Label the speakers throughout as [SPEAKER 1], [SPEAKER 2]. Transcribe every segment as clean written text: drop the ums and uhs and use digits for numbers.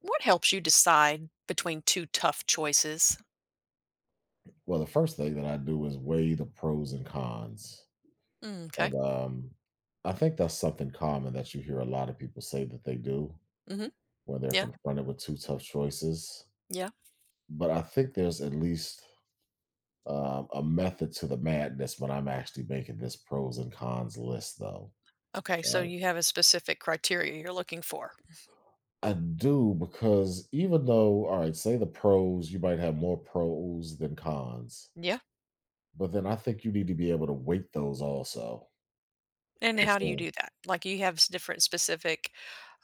[SPEAKER 1] What helps you decide between 2 tough choices?
[SPEAKER 2] Well, the first thing that I do is weigh the pros and cons.
[SPEAKER 1] Mm, 'kay.
[SPEAKER 2] And I think that's something common that you hear a lot of people say that they do
[SPEAKER 1] Mhm.
[SPEAKER 2] when they're
[SPEAKER 1] Yeah,
[SPEAKER 2] confronted with two tough choices.
[SPEAKER 1] yeah.
[SPEAKER 2] But I think there's at least a method to the madness when I'm actually making this pros and cons list, though.
[SPEAKER 1] Okay, so
[SPEAKER 2] Right?
[SPEAKER 1] you have a specific criteria you're looking for.
[SPEAKER 2] I do because even though, all right, say the pros, you might have more pros than cons,
[SPEAKER 1] Yeah,
[SPEAKER 2] but then I think you need to be able to weight those also.
[SPEAKER 1] and
[SPEAKER 2] to
[SPEAKER 1] how do you
[SPEAKER 2] say,
[SPEAKER 1] do that? Like, you have s different specific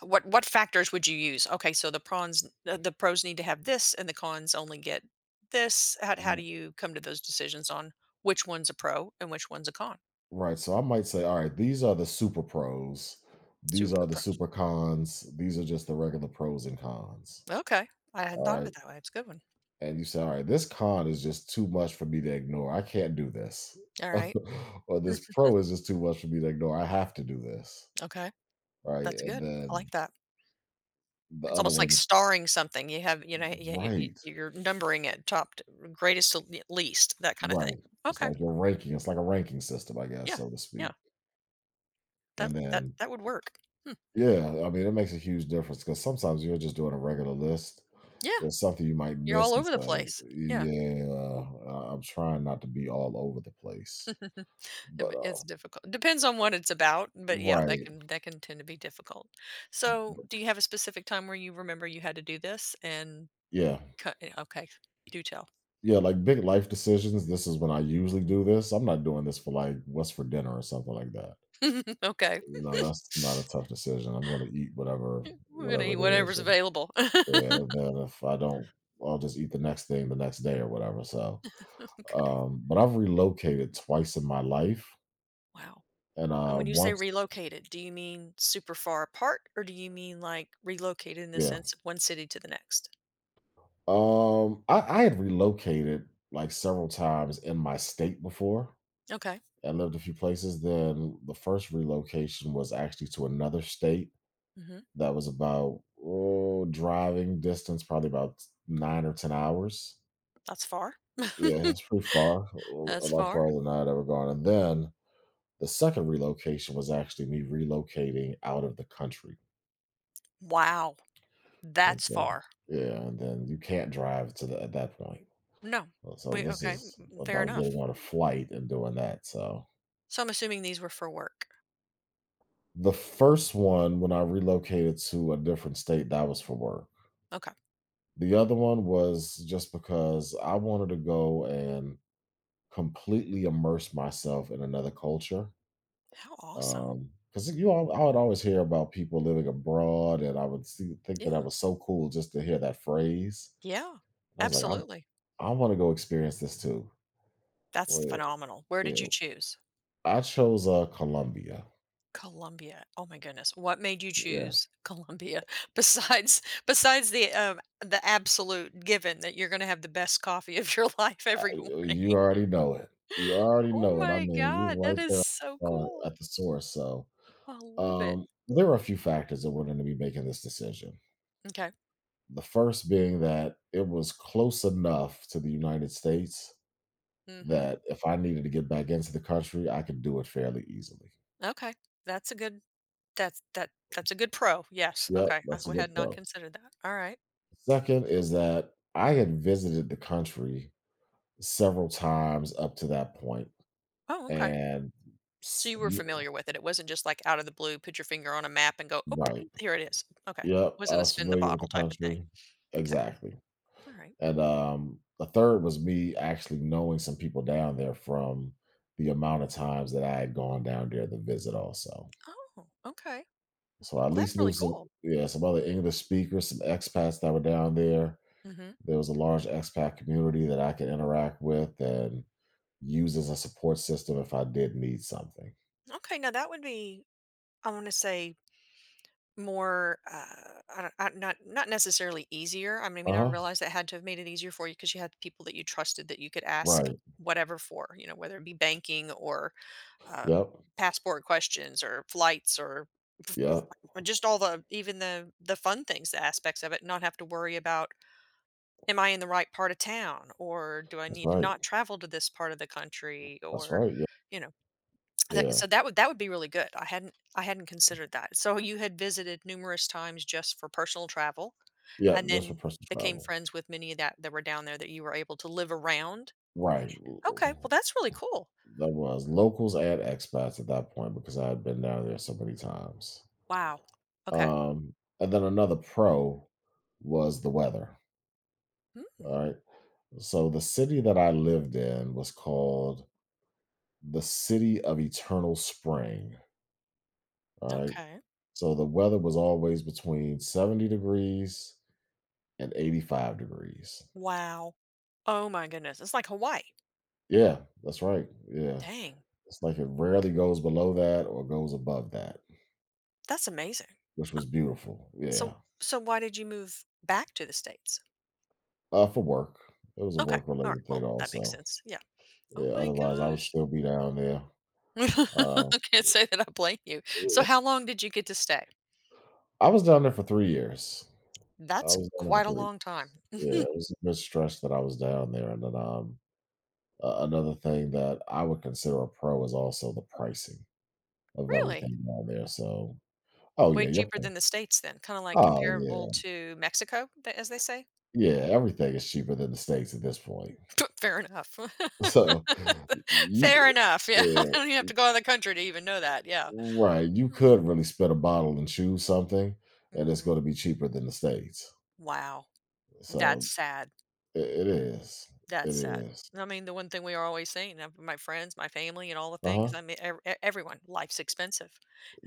[SPEAKER 1] what factors would you use? Okay, so the prawns the pros need to have this, and the cons only get this. How do you come to those decisions on which one's a pro and which one's a con?
[SPEAKER 2] Right, so I might say, "Alright, these are the super pros. These
[SPEAKER 1] Super
[SPEAKER 2] are the
[SPEAKER 1] pros.
[SPEAKER 2] super cons. These are just the regular pros and cons."
[SPEAKER 1] Okay. I hadn't thought of
[SPEAKER 2] Alright?
[SPEAKER 1] it that way. It's a good one.
[SPEAKER 2] And you say, "Alright, this con is just too much for me to ignore. I can't do this."
[SPEAKER 1] All right.
[SPEAKER 2] Or,
[SPEAKER 1] Hmm,
[SPEAKER 2] "This pro is just too much for me to ignore. I have to do this."
[SPEAKER 1] okay.
[SPEAKER 2] Right?
[SPEAKER 1] That's
[SPEAKER 2] And
[SPEAKER 1] good. I like
[SPEAKER 2] then
[SPEAKER 1] that.
[SPEAKER 2] the
[SPEAKER 1] It's
[SPEAKER 2] other
[SPEAKER 1] almost like
[SPEAKER 2] ones.
[SPEAKER 1] starring something. You have you know, you
[SPEAKER 2] Right,
[SPEAKER 1] you're numbering it top to greatest to l least, that kinda thing.
[SPEAKER 2] right. It's
[SPEAKER 1] Okay.
[SPEAKER 2] like you ranking it's like a ranking system, I guess,
[SPEAKER 1] Yeah.
[SPEAKER 2] so to speak.
[SPEAKER 1] Yeah.
[SPEAKER 2] And
[SPEAKER 1] That that
[SPEAKER 2] then,
[SPEAKER 1] that would work. Hmm.
[SPEAKER 2] yeah, I mean, it makes a huge difference because sometimes you're just doing a regular list.
[SPEAKER 1] Yeah.
[SPEAKER 2] It's something you might
[SPEAKER 1] You're
[SPEAKER 2] miss
[SPEAKER 1] all
[SPEAKER 2] and
[SPEAKER 1] over the
[SPEAKER 2] say,
[SPEAKER 1] place. Yeah.
[SPEAKER 2] yeah, I'm trying not to be all over the place. But,
[SPEAKER 1] It's difficult. Depends on what it's about, but yeah, that
[SPEAKER 2] right.
[SPEAKER 1] can tend to be difficult. So, do you have a specific time where you remember you had to do this and
[SPEAKER 2] Yeah.
[SPEAKER 1] cut okay, do tell.
[SPEAKER 2] Yeah, like, big life decisions, this is when I usually do this. I'm not doing this for, like, what's for dinner or something like that.
[SPEAKER 1] Okay.
[SPEAKER 2] You know, that's not a tough decision. I'm gonna eat whatever
[SPEAKER 1] We're gonna
[SPEAKER 2] whatever
[SPEAKER 1] eat
[SPEAKER 2] it is,
[SPEAKER 1] whatever's
[SPEAKER 2] and
[SPEAKER 1] available.
[SPEAKER 2] yeah, then if I don't, I'll just eat the next thing the next day or whatever, so,
[SPEAKER 1] Okay.
[SPEAKER 2] but I've relocated twice in my life,
[SPEAKER 1] Wow.
[SPEAKER 2] and,
[SPEAKER 1] And when you say
[SPEAKER 2] once.
[SPEAKER 1] relocated, do you mean super far apart or do you mean like relocated in the
[SPEAKER 2] Yeah.
[SPEAKER 1] sense of one city to the next?
[SPEAKER 2] I had relocated like several times in my state before.
[SPEAKER 1] Okay.
[SPEAKER 2] I lived a few places. Then the first relocation was actually to another state
[SPEAKER 1] Hmm.
[SPEAKER 2] that was about driving distance, probably about 9 or 10 hours.
[SPEAKER 1] That's far.
[SPEAKER 2] Yeah, it's pretty far, a
[SPEAKER 1] That's
[SPEAKER 2] a lot
[SPEAKER 1] far.
[SPEAKER 2] farther than I'd ever gone. And then the second relocation was actually me relocating out of the country.
[SPEAKER 1] Wow.
[SPEAKER 2] And
[SPEAKER 1] That's
[SPEAKER 2] so,
[SPEAKER 1] far.
[SPEAKER 2] yeah, and then you can't drive at that point.
[SPEAKER 1] No.
[SPEAKER 2] Well, so
[SPEAKER 1] Wait,
[SPEAKER 2] this
[SPEAKER 1] okay.
[SPEAKER 2] is
[SPEAKER 1] Fair
[SPEAKER 2] about getting
[SPEAKER 1] enough.
[SPEAKER 2] on a flight and doing that. So
[SPEAKER 1] So I'm assuming these were for work.
[SPEAKER 2] the first one, when I relocated to a different state, that was for work.
[SPEAKER 1] Okay.
[SPEAKER 2] The other one was just because I wanted to go and completely immerse myself in another culture.
[SPEAKER 1] How awesome.
[SPEAKER 2] Because I would always hear about people living abroad, and I would think
[SPEAKER 1] Yeah.
[SPEAKER 2] that that was so cool just to hear that phrase.
[SPEAKER 1] Yeah.
[SPEAKER 2] And I was like, I,
[SPEAKER 1] Absolutely.
[SPEAKER 2] I want to go experience this too.
[SPEAKER 1] That's
[SPEAKER 2] Well,
[SPEAKER 1] phenomenal. Where
[SPEAKER 2] yeah,
[SPEAKER 1] did you choose?
[SPEAKER 2] I chose Colombia.
[SPEAKER 1] Colombia. Oh my goodness. What made you
[SPEAKER 2] Yeah.
[SPEAKER 1] choose Colombia besides the absolute given that you're going to have the best coffee of your life every morning?
[SPEAKER 2] You already know it. You already
[SPEAKER 1] Oh
[SPEAKER 2] know it. I
[SPEAKER 1] my
[SPEAKER 2] mean,
[SPEAKER 1] god,
[SPEAKER 2] you're
[SPEAKER 1] that
[SPEAKER 2] right
[SPEAKER 1] is
[SPEAKER 2] there
[SPEAKER 1] so cool.
[SPEAKER 2] at the source. So
[SPEAKER 1] I love it.
[SPEAKER 2] there are a few factors that went into me making this decision.
[SPEAKER 1] Okay.
[SPEAKER 2] The first being that it was close enough to the United States
[SPEAKER 1] Mhm.
[SPEAKER 2] that if I needed to get back into the country, I could do it fairly easily.
[SPEAKER 1] Okay. That's a good that's that's a good pro. Yes.
[SPEAKER 2] Yep,
[SPEAKER 1] Okay.
[SPEAKER 2] that's a
[SPEAKER 1] Had
[SPEAKER 2] good
[SPEAKER 1] not
[SPEAKER 2] pro.
[SPEAKER 1] considered that. All right.
[SPEAKER 2] Second is that I had visited the country several times up to that point,
[SPEAKER 1] Oh, okay.
[SPEAKER 2] and
[SPEAKER 1] So you
[SPEAKER 2] s-
[SPEAKER 1] were familiar with it. It wasn't just like out of the blue, put your finger on a map and go, "Oh,
[SPEAKER 2] right,
[SPEAKER 1] here it is." Okay.
[SPEAKER 2] yep, I
[SPEAKER 1] Wasn't a
[SPEAKER 2] was
[SPEAKER 1] spin the
[SPEAKER 2] familiar with
[SPEAKER 1] bottle
[SPEAKER 2] the
[SPEAKER 1] type of thing.
[SPEAKER 2] country.
[SPEAKER 1] Okay.
[SPEAKER 2] Exactly.
[SPEAKER 1] All right.
[SPEAKER 2] And, the third was me actually knowing some people down there from the amount of times that I had gone down there to visit also.
[SPEAKER 1] Oh, okay.
[SPEAKER 2] So I at
[SPEAKER 1] Well, that's
[SPEAKER 2] least
[SPEAKER 1] really
[SPEAKER 2] knew some
[SPEAKER 1] cool.
[SPEAKER 2] yeah, some other English speakers, some expats that were down there.
[SPEAKER 1] Hmm.
[SPEAKER 2] There was a large expat community that I could interact with and use as a support system if I did need something.
[SPEAKER 1] Okay, now that would be, I want to say, more. I don't, I, not necessarily easier. I mean, I
[SPEAKER 2] Uh-huh.
[SPEAKER 1] realize that had to have made it easier for you because you had people that you trusted that you could ask
[SPEAKER 2] Right.
[SPEAKER 1] whatever for. You know, whether it be banking or uh,
[SPEAKER 2] Yep.
[SPEAKER 1] passport questions or flights or f-
[SPEAKER 2] Yep.
[SPEAKER 1] just all the even the fun things, the aspects of it. Not have to worry about am I in the right part of town or do I
[SPEAKER 2] That's
[SPEAKER 1] need to
[SPEAKER 2] right.
[SPEAKER 1] not travel to this part of the country
[SPEAKER 2] That's
[SPEAKER 1] or
[SPEAKER 2] right. Yep.
[SPEAKER 1] you know. That
[SPEAKER 2] Yeah.
[SPEAKER 1] so that would be really good. I hadn't considered that. So you had visited numerous times just for personal travel,
[SPEAKER 2] Yeah,
[SPEAKER 1] and
[SPEAKER 2] just for
[SPEAKER 1] then
[SPEAKER 2] personal
[SPEAKER 1] became
[SPEAKER 2] travel.
[SPEAKER 1] friends with many that were down there that you were able to live around? And-
[SPEAKER 2] Right.
[SPEAKER 1] Okay, well,
[SPEAKER 2] L
[SPEAKER 1] that's really cool.
[SPEAKER 2] That was locals and expats at that point because I had been down there so many times.
[SPEAKER 1] Wow. Okay.
[SPEAKER 2] Um, and then another pro was the weather,
[SPEAKER 1] Mm,
[SPEAKER 2] alright? So the city that I lived in was called the City of Eternal Spring, alright?
[SPEAKER 1] okay.
[SPEAKER 2] So the weather was always between 70 degrees and 85 degrees.
[SPEAKER 1] Wow. Oh my goodness, it's like Hawaii.
[SPEAKER 2] Yeah, that's right, yeah.
[SPEAKER 1] Dang,
[SPEAKER 2] It's like it rarely goes below that or goes above that,
[SPEAKER 1] that's amazing.
[SPEAKER 2] which
[SPEAKER 1] Uh,
[SPEAKER 2] was beautiful,
[SPEAKER 1] so
[SPEAKER 2] yeah.
[SPEAKER 1] so why did you move back to the States?
[SPEAKER 2] For work. It was a
[SPEAKER 1] Okay, alright,
[SPEAKER 2] work-related thing
[SPEAKER 1] well, that makes
[SPEAKER 2] also.
[SPEAKER 1] sense, yeah. Oh
[SPEAKER 2] Yeah,
[SPEAKER 1] my
[SPEAKER 2] otherwise, I would
[SPEAKER 1] gosh.
[SPEAKER 2] still be down there. Uh,
[SPEAKER 1] I can't say that I blame you. So
[SPEAKER 2] yeah.
[SPEAKER 1] how long did you get to stay?
[SPEAKER 2] I was down there for 3 years. I
[SPEAKER 1] That's
[SPEAKER 2] was down there for
[SPEAKER 1] quite a
[SPEAKER 2] 3
[SPEAKER 1] long time.
[SPEAKER 2] Yeah, it was a bit stretch that I was down there, and then, a another thing that I would consider a pro is also the pricing of
[SPEAKER 1] Really?
[SPEAKER 2] everything down there, so oh,
[SPEAKER 1] Way
[SPEAKER 2] yeah, you're
[SPEAKER 1] cheaper
[SPEAKER 2] paying.
[SPEAKER 1] than the States then, kinda like
[SPEAKER 2] Oh,
[SPEAKER 1] comparable
[SPEAKER 2] yeah.
[SPEAKER 1] to Mexico, th as they say?
[SPEAKER 2] Yeah, everything is cheaper than the States at this point.
[SPEAKER 1] Fair enough.
[SPEAKER 2] So, y you
[SPEAKER 1] Fair enough, yeah. I
[SPEAKER 2] yeah.
[SPEAKER 1] don't even have to go out of the country to even know that, yeah.
[SPEAKER 2] Right. You
[SPEAKER 1] Hmm.
[SPEAKER 2] could really split a bottle and choose something, and it's going to
[SPEAKER 1] Mm.
[SPEAKER 2] be cheaper than the States.
[SPEAKER 1] Wow. That's
[SPEAKER 2] So
[SPEAKER 1] sad.
[SPEAKER 2] I it is.
[SPEAKER 1] That's
[SPEAKER 2] It
[SPEAKER 1] sad.
[SPEAKER 2] is.
[SPEAKER 1] I mean, the one thing we are always saying, my friends, my family, and all the
[SPEAKER 2] Uh
[SPEAKER 1] things. I
[SPEAKER 2] huh.
[SPEAKER 1] mean, everyone. Life's expensive,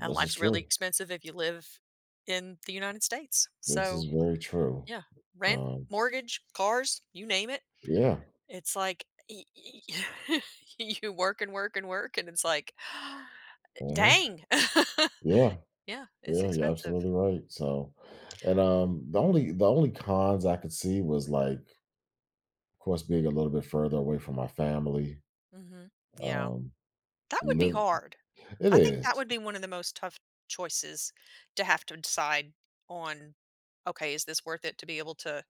[SPEAKER 1] and
[SPEAKER 2] is
[SPEAKER 1] life's really
[SPEAKER 2] true.
[SPEAKER 1] expensive if you live in the United States.
[SPEAKER 2] This is
[SPEAKER 1] So
[SPEAKER 2] very true.
[SPEAKER 1] yeah, rent,
[SPEAKER 2] Um,
[SPEAKER 1] mortgage, cars, you name it.
[SPEAKER 2] yeah.
[SPEAKER 1] It's like y- you work and work and work, and it's like,
[SPEAKER 2] Uh-huh.
[SPEAKER 1] dang,
[SPEAKER 2] Yeah.
[SPEAKER 1] yeah, it's
[SPEAKER 2] Yeah. You're
[SPEAKER 1] expensive.
[SPEAKER 2] absolutely right. So, and the only cons I could see was like, of course, being a little bit further away from my family.
[SPEAKER 1] Hmm. Yeah,
[SPEAKER 2] Um,
[SPEAKER 1] that would be
[SPEAKER 2] Live.
[SPEAKER 1] hard.
[SPEAKER 2] It
[SPEAKER 1] I think
[SPEAKER 2] is.
[SPEAKER 1] that would be one of the most tough choices to have to decide on, okay, is this worth it to be able to,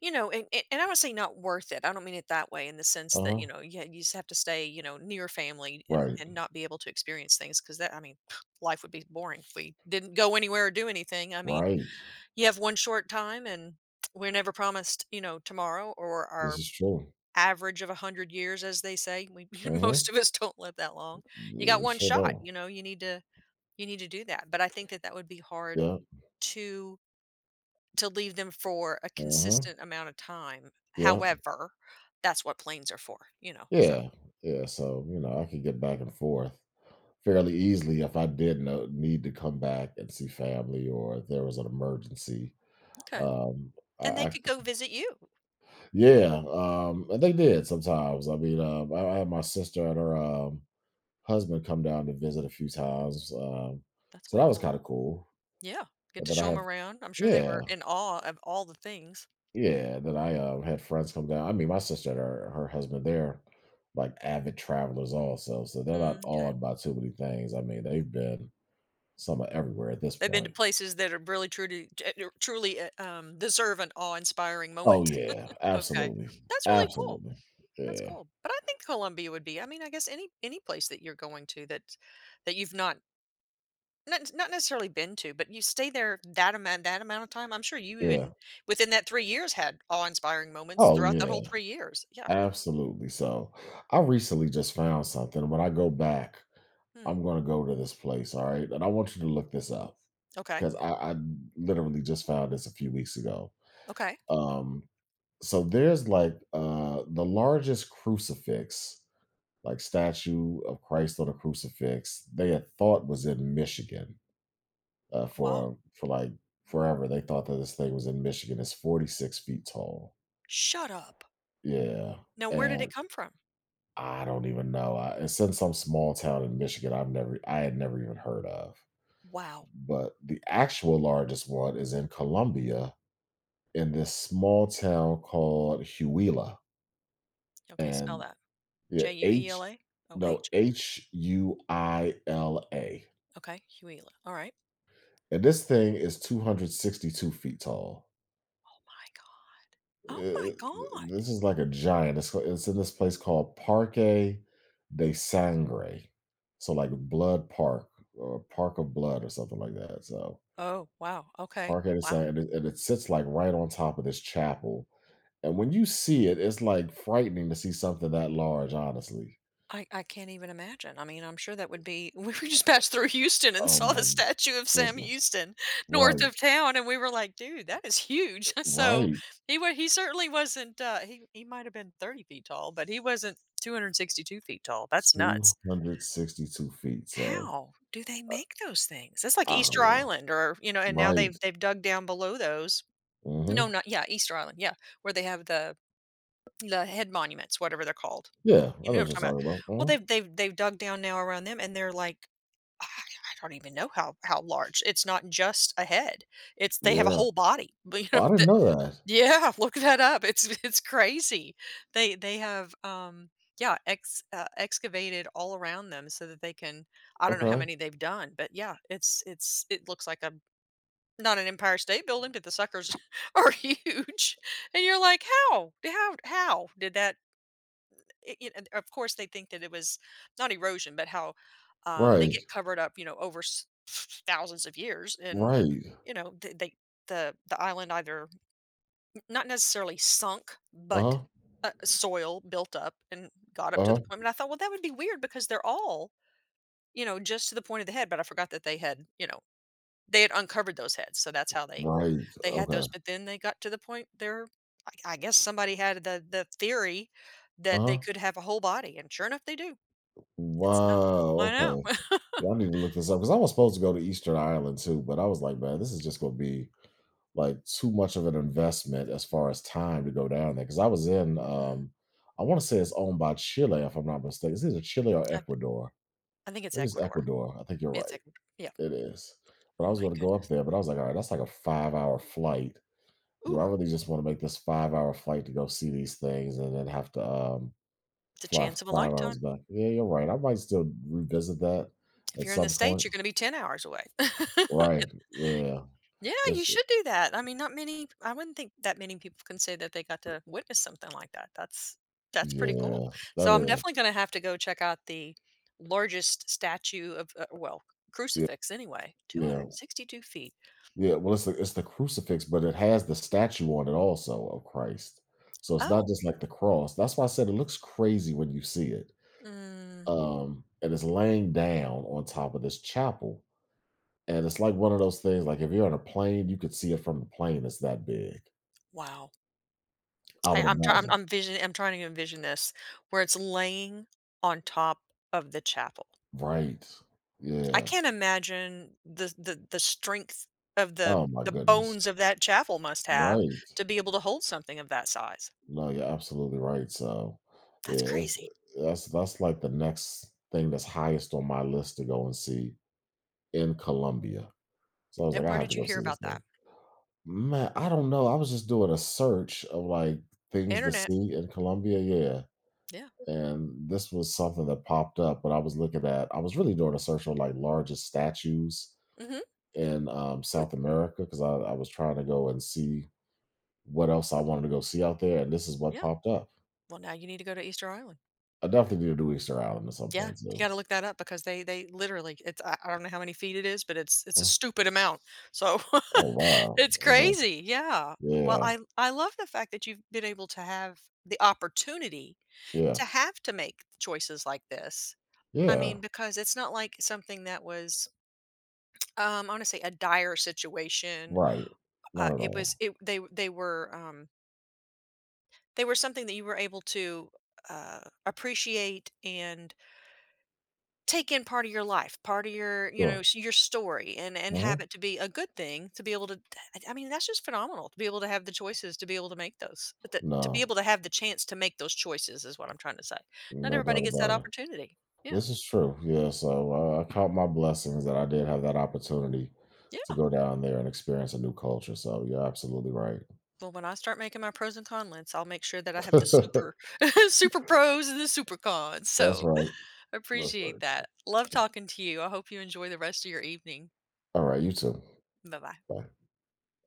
[SPEAKER 1] you know, and I would say not worth it. I don't mean it that way in the sense
[SPEAKER 2] Uh
[SPEAKER 1] that, you
[SPEAKER 2] huh.
[SPEAKER 1] know, yeah, you just have to stay, you know, near family and,
[SPEAKER 2] Right.
[SPEAKER 1] and not be able to experience things because that, I mean, life would be boring if we didn't go anywhere or do anything. I mean,
[SPEAKER 2] Right.
[SPEAKER 1] you have one short time and we're never promised, you know, tomorrow or
[SPEAKER 2] This
[SPEAKER 1] our
[SPEAKER 2] is true.
[SPEAKER 1] average of a 100 years, as they say. We,
[SPEAKER 2] Uh huh.
[SPEAKER 1] most of us don't live that long. You
[SPEAKER 2] Yeah,
[SPEAKER 1] got
[SPEAKER 2] we
[SPEAKER 1] one
[SPEAKER 2] sure
[SPEAKER 1] shot,
[SPEAKER 2] don't.
[SPEAKER 1] you know, you need to do that, but I think that that would be hard
[SPEAKER 2] Yeah.
[SPEAKER 1] to to leave them for a
[SPEAKER 2] Uh-huh.
[SPEAKER 1] consistent amount of time.
[SPEAKER 2] Yeah.
[SPEAKER 1] However, that's what planes are for, you know, so.
[SPEAKER 2] Yeah. Yeah. So, I could get back and forth fairly easily if I did need to come back and see family or if there was an emergency.
[SPEAKER 1] Okay.
[SPEAKER 2] Um,
[SPEAKER 1] And they
[SPEAKER 2] I
[SPEAKER 1] could go visit you.
[SPEAKER 2] yeah, and they did sometimes. I mean, I had my sister and her husband come down to visit a few times,
[SPEAKER 1] That's
[SPEAKER 2] so
[SPEAKER 1] way
[SPEAKER 2] that was
[SPEAKER 1] cool.
[SPEAKER 2] kind of cool.
[SPEAKER 1] Yeah, get
[SPEAKER 2] And
[SPEAKER 1] to
[SPEAKER 2] then
[SPEAKER 1] show them around. I'm sure they
[SPEAKER 2] yeah,
[SPEAKER 1] were in awe of all the things.
[SPEAKER 2] yeah, that I had friends come down. I mean, my sister and her husband, they're like avid travelers also, so they're not
[SPEAKER 1] Okay.
[SPEAKER 2] awed by too many things. I mean, they've been somewhere everywhere at this
[SPEAKER 1] They've been to
[SPEAKER 2] point.
[SPEAKER 1] places that are really truly t truly, deserve an awe-inspiring
[SPEAKER 2] Oh
[SPEAKER 1] moment.
[SPEAKER 2] yeah,
[SPEAKER 1] Okay.
[SPEAKER 2] absolutely,
[SPEAKER 1] That's really cool.
[SPEAKER 2] absolutely,
[SPEAKER 1] That's
[SPEAKER 2] yeah,
[SPEAKER 1] cool, but I think Colombia would be I mean, I guess any place that you're going to that you've not not necessarily been to, but you stay there that amount of time. I'm sure you
[SPEAKER 2] yeah.
[SPEAKER 1] even within that 3 years had awe-inspiring moments
[SPEAKER 2] Oh
[SPEAKER 1] throughout that
[SPEAKER 2] yeah,
[SPEAKER 1] whole 3 years. Yeah.
[SPEAKER 2] absolutely. So I recently just found something. When I go back,
[SPEAKER 1] Hmm.
[SPEAKER 2] I'm gonna go to this place. All right, and I want you to look this up
[SPEAKER 1] Okay.
[SPEAKER 2] because I literally just found this a few weeks ago.
[SPEAKER 1] Okay.
[SPEAKER 2] Um, so there's like the largest crucifix, like statue of Christ on a crucifix, they had thought was in Michigan
[SPEAKER 1] Oh, wow.
[SPEAKER 2] for like forever. They thought that this thing was in Michigan. It's 46 feet tall,
[SPEAKER 1] Shut up.
[SPEAKER 2] yeah.
[SPEAKER 1] Now where did it
[SPEAKER 2] And
[SPEAKER 1] come from?
[SPEAKER 2] I don't even know. It's in some small town in Michigan. I had never even heard of.
[SPEAKER 1] Wow.
[SPEAKER 2] But the actual largest one is in columbia in this small town called Huila.
[SPEAKER 1] Okay, spell
[SPEAKER 2] And
[SPEAKER 1] that.
[SPEAKER 2] yeah,
[SPEAKER 1] J u e l
[SPEAKER 2] H,
[SPEAKER 1] a o h. Oh,
[SPEAKER 2] no,
[SPEAKER 1] H.
[SPEAKER 2] Huila.
[SPEAKER 1] Okay, Huela. Alright.
[SPEAKER 2] And this thing is 262 feet tall.
[SPEAKER 1] Oh my god. Oh my
[SPEAKER 2] Uh,
[SPEAKER 1] god.
[SPEAKER 2] This is like a giant. It's in this place called Parque de Sangre. So like Blood Park or Park of Blood or something like that. So
[SPEAKER 1] Oh, wow. Okay.
[SPEAKER 2] Parque de
[SPEAKER 1] Wow.
[SPEAKER 2] Sangre. And it sits like right on top of this chapel. And when you see it, it's like frightening to see something that large, honestly.
[SPEAKER 1] I can't even imagine. I mean, I'm sure that would be we were just passed through Houston and
[SPEAKER 2] Oh
[SPEAKER 1] saw the
[SPEAKER 2] my
[SPEAKER 1] statue of Sam
[SPEAKER 2] goodness.
[SPEAKER 1] Houston north
[SPEAKER 2] Right.
[SPEAKER 1] of town, and we were like, "Dude, that is huge." So
[SPEAKER 2] Right.
[SPEAKER 1] he certainly wasn't, he might have been 30 feet tall, but he wasn't 262 feet tall. That's nuts.
[SPEAKER 2] 262 feet, so,
[SPEAKER 1] How do they
[SPEAKER 2] uh,
[SPEAKER 1] make those things? That's like
[SPEAKER 2] I don't
[SPEAKER 1] Easter
[SPEAKER 2] know.
[SPEAKER 1] Island or, you know, and now they've
[SPEAKER 2] Right.
[SPEAKER 1] they've dug down below those. No,
[SPEAKER 2] Mhm.
[SPEAKER 1] not yeah, Easter Island, yeah, where they have the head monuments, whatever they're called.
[SPEAKER 2] Yeah, I
[SPEAKER 1] You
[SPEAKER 2] know
[SPEAKER 1] know what
[SPEAKER 2] what you're
[SPEAKER 1] I'm talking about.
[SPEAKER 2] talking about.
[SPEAKER 1] Well,
[SPEAKER 2] Mhm.
[SPEAKER 1] they've dug down now around them, and they're like, I don't even know how large. It's not just a head. It's they have a
[SPEAKER 2] Yeah.
[SPEAKER 1] whole body. But you
[SPEAKER 2] Oh,
[SPEAKER 1] know,
[SPEAKER 2] I didn't
[SPEAKER 1] that
[SPEAKER 2] know that.
[SPEAKER 1] yeah, look that up. It's crazy. They have yeah ex excavated all around them so that they can. I don't know how
[SPEAKER 2] Okay.
[SPEAKER 1] many they've done, but yeah, it's it looks like a not an Empire State Building, but the suckers are huge. And you're like, how did that and of course, they think that it was not erosion, but how they
[SPEAKER 2] Right.
[SPEAKER 1] get covered up, you know, over thousands of years, and
[SPEAKER 2] Right.
[SPEAKER 1] you know, they the island either not necessarily sunk, but
[SPEAKER 2] Uh-huh.
[SPEAKER 1] soil built up and got up to the
[SPEAKER 2] Uh-huh.
[SPEAKER 1] point. And I thought, well, that would be weird because they're all, you know, just to the point of the head. But I forgot that they had, you know, they had uncovered those heads, so that's how
[SPEAKER 2] Right.
[SPEAKER 1] they had
[SPEAKER 2] Okay.
[SPEAKER 1] those. But then they got to the point there. I guess somebody had the theory that they
[SPEAKER 2] Uh-huh.
[SPEAKER 1] could have a whole body, and sure enough, they do. It's not I
[SPEAKER 2] Wow, okay.
[SPEAKER 1] know.
[SPEAKER 2] Yeah, I need to look this up because I was supposed to go to Eastern Ireland too, but I was like, "Man, this is just gonna be, like, too much of an investment as far as time to go down there because
[SPEAKER 1] Mm,
[SPEAKER 2] I wanna say it's owned by Chile, if I'm not mistaken. It's either Chile or
[SPEAKER 1] I
[SPEAKER 2] Ecuador.
[SPEAKER 1] I think it's
[SPEAKER 2] Maybe it's
[SPEAKER 1] Ecuador.
[SPEAKER 2] Ecuador. I think you're
[SPEAKER 1] It's
[SPEAKER 2] right.
[SPEAKER 1] Ecuador. Yeah.
[SPEAKER 2] It is. But I
[SPEAKER 1] Oh
[SPEAKER 2] was
[SPEAKER 1] my
[SPEAKER 2] going to go up
[SPEAKER 1] goodness.
[SPEAKER 2] there, but I was like, all right, that's like a 5-hour flight. Do
[SPEAKER 1] Ooh,
[SPEAKER 2] I really just want to make this 5-hour flight to go see these things and then have to
[SPEAKER 1] it's a
[SPEAKER 2] fly
[SPEAKER 1] chance of a
[SPEAKER 2] 5 hours
[SPEAKER 1] lifetime.
[SPEAKER 2] back? Yeah, you're right. I might still revisit that
[SPEAKER 1] If
[SPEAKER 2] at
[SPEAKER 1] you're in the
[SPEAKER 2] some
[SPEAKER 1] States,
[SPEAKER 2] point.
[SPEAKER 1] you're gonna be 10 hours away.
[SPEAKER 2] Right.
[SPEAKER 1] It-
[SPEAKER 2] Yeah.
[SPEAKER 1] Yeah, you
[SPEAKER 2] It's
[SPEAKER 1] should do that. I mean, not many I wouldn't think that many people can say that they got to witness something like that. That's pretty cool.
[SPEAKER 2] Yeah. That
[SPEAKER 1] So I'm definitely
[SPEAKER 2] is.
[SPEAKER 1] gonna have to go check out the largest statue of, well,
[SPEAKER 2] Yeah.
[SPEAKER 1] crucifix anyway,
[SPEAKER 2] Yeah.
[SPEAKER 1] 262 feet.
[SPEAKER 2] Yeah. Well, it's the crucifix, but it has the statue on it also of Christ. So it's not
[SPEAKER 1] Oh,
[SPEAKER 2] just like the cross. That's why I said it looks crazy when you see it.
[SPEAKER 1] mm,
[SPEAKER 2] And it's laying down on top of this chapel. And it's like one of those things, like if you're on a plane, you could see it from the plane. It's that big.
[SPEAKER 1] wow.
[SPEAKER 2] I
[SPEAKER 1] I
[SPEAKER 2] would
[SPEAKER 1] I'm try I'm
[SPEAKER 2] imagine.
[SPEAKER 1] I'm visioning I'm trying to envision this, where it's laying on top of the chapel.
[SPEAKER 2] Right.
[SPEAKER 1] I
[SPEAKER 2] Yeah.
[SPEAKER 1] can't imagine the strength of
[SPEAKER 2] Oh
[SPEAKER 1] the
[SPEAKER 2] my
[SPEAKER 1] the
[SPEAKER 2] goodness.
[SPEAKER 1] bones of that chapel must have
[SPEAKER 2] Right.
[SPEAKER 1] to be able to hold something of that size.
[SPEAKER 2] No, you're absolutely right. So
[SPEAKER 1] That's
[SPEAKER 2] yeah, it's
[SPEAKER 1] crazy.
[SPEAKER 2] that's like the next thing that's highest on my list to go and see in Colombia. So I was like,
[SPEAKER 1] And
[SPEAKER 2] I
[SPEAKER 1] where
[SPEAKER 2] have
[SPEAKER 1] did
[SPEAKER 2] to
[SPEAKER 1] you
[SPEAKER 2] go
[SPEAKER 1] hear
[SPEAKER 2] see this
[SPEAKER 1] about that?
[SPEAKER 2] thing. Man, I don't know. I was just doing a search of like things to
[SPEAKER 1] Internet.
[SPEAKER 2] see in Colombia. Yeah.
[SPEAKER 1] Yeah.
[SPEAKER 2] And this was something that popped up when I was looking at. I was really doing a search on like largest statues
[SPEAKER 1] Mhm.
[SPEAKER 2] in
[SPEAKER 1] Mm.
[SPEAKER 2] South America because I was trying to go and see what else I wanted to go see out there, and this is what
[SPEAKER 1] Yeah.
[SPEAKER 2] popped up.
[SPEAKER 1] Well, now you need to go to Easter Island.
[SPEAKER 2] I definitely need to do Easter Island at some
[SPEAKER 1] Yeah,
[SPEAKER 2] point
[SPEAKER 1] you
[SPEAKER 2] too.
[SPEAKER 1] gotta look that up because they literally it's I don't know how many feet it is, but it's a
[SPEAKER 2] Huh.
[SPEAKER 1] stupid amount. So
[SPEAKER 2] Oh wow!
[SPEAKER 1] It's
[SPEAKER 2] Okay.
[SPEAKER 1] crazy, yeah. Well,
[SPEAKER 2] Yeah,
[SPEAKER 1] I love the fact that you've been able to have the opportunity
[SPEAKER 2] yeah,
[SPEAKER 1] to have to make choices like this. I mean,
[SPEAKER 2] yeah.
[SPEAKER 1] because it's not like something that was, I wanna say a dire situation.
[SPEAKER 2] Right. Not at
[SPEAKER 1] It was
[SPEAKER 2] all.
[SPEAKER 1] it they were something that you were able to, uh, appreciate and take in part of your life, part of your, you know,
[SPEAKER 2] Sure.
[SPEAKER 1] your story and
[SPEAKER 2] Uh-huh.
[SPEAKER 1] have it to be a good thing to be able to I mean, that's just phenomenal to be able to have the choices to be able to make those. But that to be able
[SPEAKER 2] No,
[SPEAKER 1] to have the chance to make those choices is what I'm trying to say. Not
[SPEAKER 2] no
[SPEAKER 1] everybody
[SPEAKER 2] doubt
[SPEAKER 1] gets that
[SPEAKER 2] about it.
[SPEAKER 1] opportunity. Yeah.
[SPEAKER 2] This is true. Yeah. So I count my blessings that I did have that opportunity to
[SPEAKER 1] Yeah.
[SPEAKER 2] go down there and experience a new culture. So you're absolutely right.
[SPEAKER 1] Well, when I start making my pros and cons lists, I'll make sure that I have the super super pros and the super cons.
[SPEAKER 2] That's
[SPEAKER 1] So,
[SPEAKER 2] right. That's
[SPEAKER 1] appreciate
[SPEAKER 2] right.
[SPEAKER 1] that. Love talking to you. I hope you enjoy the rest of your evening.
[SPEAKER 2] All right. You too.
[SPEAKER 1] Bye-bye.
[SPEAKER 2] Bye.